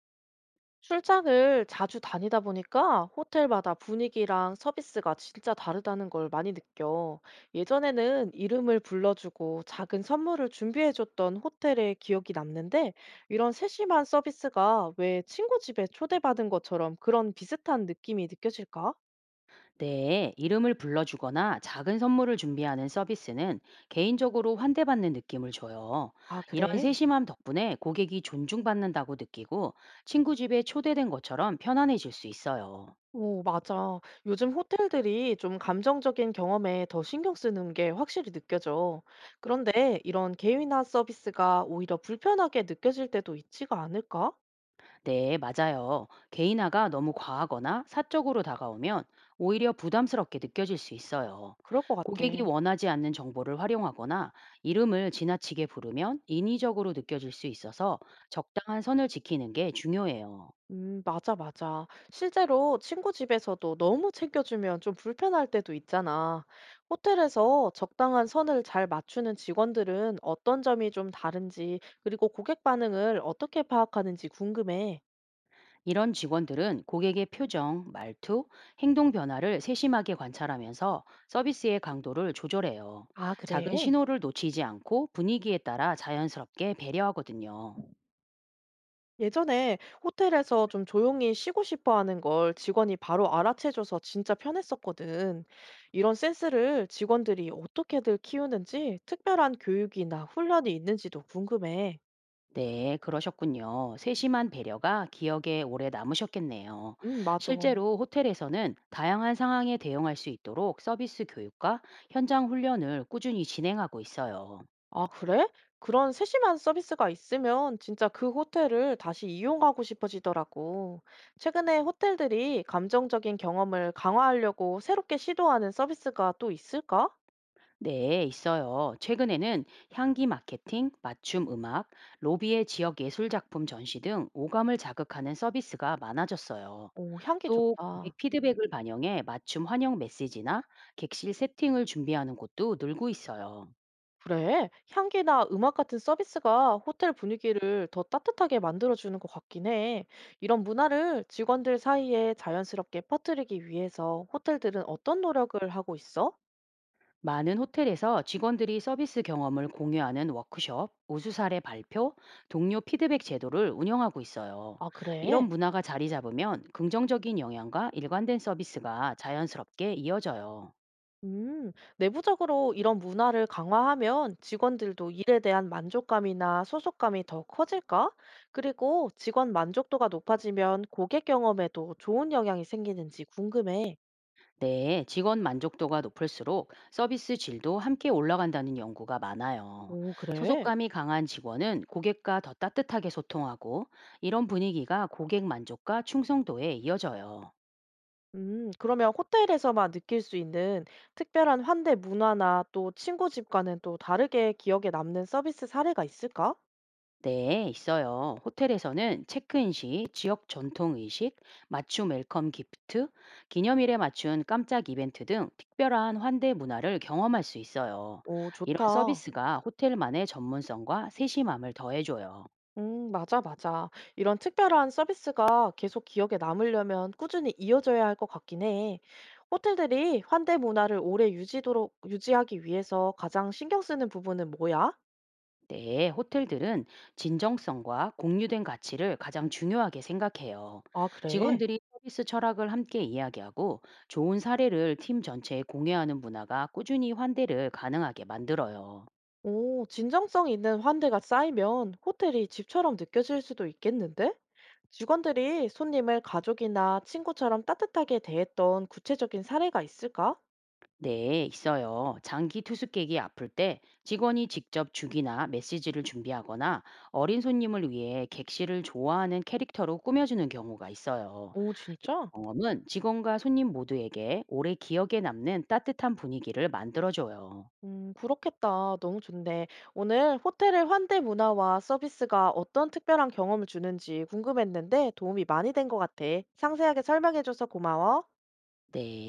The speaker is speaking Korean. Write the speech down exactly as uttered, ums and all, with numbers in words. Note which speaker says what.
Speaker 1: 출장을 자주 다니다 보니까 호텔마다 분위기랑 서비스가 진짜 다르다는 걸 많이 느껴. 예전에는 이름을 불러주고 작은 선물을 준비해줬던 호텔의 기억이 남는데 이런 세심한 서비스가 왜 친구 집에 초대받은 것처럼 그런 비슷한 느낌이 느껴질까?
Speaker 2: 네, 이름을 불러주거나 작은 선물을 준비하는 서비스는 개인적으로 환대받는 느낌을 줘요.
Speaker 1: 아,
Speaker 2: 이런
Speaker 1: 그래?
Speaker 2: 세심함 덕분에 고객이 존중받는다고 느끼고 친구 집에 초대된 것처럼 편안해질 수 있어요.
Speaker 1: 오, 맞아. 요즘 호텔들이 좀 감정적인 경험에 더 신경 쓰는 게 확실히 느껴져. 그런데 이런 개인화 서비스가 오히려 불편하게 느껴질 때도 있지가 않을까?
Speaker 2: 네, 맞아요. 개인화가 너무 과하거나 사적으로 다가오면 오히려 부담스럽게 느껴질 수 있어요.
Speaker 1: 그럴 것 같아.
Speaker 2: 고객이 원하지 않는 정보를 활용하거나 이름을 지나치게 부르면 인위적으로 느껴질 수 있어서 적당한 선을 지키는 게 중요해요.
Speaker 1: 음, 맞아, 맞아. 실제로 친구 집에서도 너무 챙겨주면 좀 불편할 때도 있잖아. 호텔에서 적당한 선을 잘 맞추는 직원들은 어떤 점이 좀 다른지, 그리고 고객 반응을 어떻게 파악하는지 궁금해.
Speaker 2: 이런 직원들은 고객의 표정, 말투, 행동 변화를 세심하게 관찰하면서 서비스의 강도를 조절해요.
Speaker 1: 아,
Speaker 2: 작은
Speaker 1: 그래?
Speaker 2: 신호를 놓치지 않고 분위기에 따라 자연스럽게 배려하거든요.
Speaker 1: 예전에 호텔에서 좀 조용히 쉬고 싶어 하는 걸 직원이 바로 알아채줘서 진짜 편했었거든. 이런 센스를 직원들이 어떻게들 키우는지 특별한 교육이나 훈련이 있는지도 궁금해.
Speaker 2: 네, 그러셨군요. 세심한 배려가 기억에 오래 남으셨겠네요.
Speaker 1: 음, 맞아.
Speaker 2: 실제로 호텔에서는 다양한 상황에 대응할 수 있도록 서비스 교육과 현장 훈련을 꾸준히 진행하고 있어요.
Speaker 1: 아, 그래? 그런 세심한 서비스가 있으면 진짜 그 호텔을 다시 이용하고 싶어지더라고. 최근에 호텔들이 감정적인 경험을 강화하려고 새롭게 시도하는 서비스가 또 있을까?
Speaker 2: 네, 있어요. 최근에는 향기 마케팅, 맞춤 음악, 로비의 지역 예술 작품 전시 등 오감을 자극하는 서비스가 많아졌어요.
Speaker 1: 오, 향기
Speaker 2: 또
Speaker 1: 좋다.
Speaker 2: 고객 피드백을 반영해 맞춤 환영 메시지나 객실 세팅을 준비하는 곳도 늘고 있어요.
Speaker 1: 그래, 향기나 음악 같은 서비스가 호텔 분위기를 더 따뜻하게 만들어주는 것 같긴 해. 이런 문화를 직원들 사이에 자연스럽게 퍼뜨리기 위해서 호텔들은 어떤 노력을 하고 있어?
Speaker 2: 많은 호텔에서 직원들이 서비스 경험을 공유하는 워크숍, 우수 사례 발표, 동료 피드백 제도를 운영하고 있어요.
Speaker 1: 아,
Speaker 2: 이런
Speaker 1: 그래?
Speaker 2: 문화가 자리 잡으면 긍정적인 영향과 일관된 서비스가 자연스럽게 이어져요.
Speaker 1: 음, 내부적으로 이런 문화를 강화하면 직원들도 일에 대한 만족감이나 소속감이 더 커질까? 그리고 직원 만족도가 높아지면 고객 경험에도 좋은 영향이 생기는지 궁금해.
Speaker 2: 네, 직원 만족도가 높을수록 서비스 질도 함께 올라간다는 연구가 많아요.
Speaker 1: 오, 그래?
Speaker 2: 소속감이 강한 직원은 고객과 더 따뜻하게 소통하고 이런 분위기가 고객 만족과 충성도에 이어져요.
Speaker 1: 음, 그러면 호텔에서만 느낄 수 있는 특별한 환대 문화나 또 친구 집과는 또 다르게 기억에 남는 서비스 사례가 있을까?
Speaker 2: 네, 있어요. 호텔에서는 체크인 시 지역 전통 의식, 맞춤 웰컴 기프트, 기념일에 맞춘 깜짝 이벤트 등 특별한 환대 문화를 경험할 수 있어요.
Speaker 1: 오,
Speaker 2: 이런
Speaker 1: 좋다.
Speaker 2: 서비스가 호텔만의 전문성과 세심함을 더해줘요.
Speaker 1: 음, 맞아, 맞아. 이런 특별한 서비스가 계속 기억에 남으려면 꾸준히 이어져야 할 것 같긴 해. 호텔들이 환대 문화를 오래 유지도록, 유지하기 위해서 가장 신경 쓰는 부분은 뭐야?
Speaker 2: 네, 호텔들은 진정성과 공유된 가치를 가장 중요하게 생각해요.
Speaker 1: 아, 그래?
Speaker 2: 직원들이 서비스 철학을 함께 이야기하고 좋은 사례를 팀 전체에 공유하는 문화가 꾸준히 환대를 가능하게 만들어요.
Speaker 1: 오, 진정성 있는 환대가 쌓이면 호텔이 집처럼 느껴질 수도 있겠는데? 직원들이 손님을 가족이나 친구처럼 따뜻하게 대했던 구체적인 사례가 있을까?
Speaker 2: 네, 있어요. 장기 투숙객이 아플 때 직원이 직접 주기나 메시지를 준비하거나 어린 손님을 위해 객실을 좋아하는 캐릭터로 꾸며주는 경우가 있어요.
Speaker 1: 오, 진짜?
Speaker 2: 경험은 직원과 손님 모두에게 오래 기억에 남는 따뜻한 분위기를 만들어줘요.
Speaker 1: 음, 그렇겠다. 너무 좋네. 오늘 호텔의 환대 문화와 서비스가 어떤 특별한 경험을 주는지 궁금했는데 도움이 많이 된 것 같아. 상세하게 설명해줘서 고마워.
Speaker 2: 네.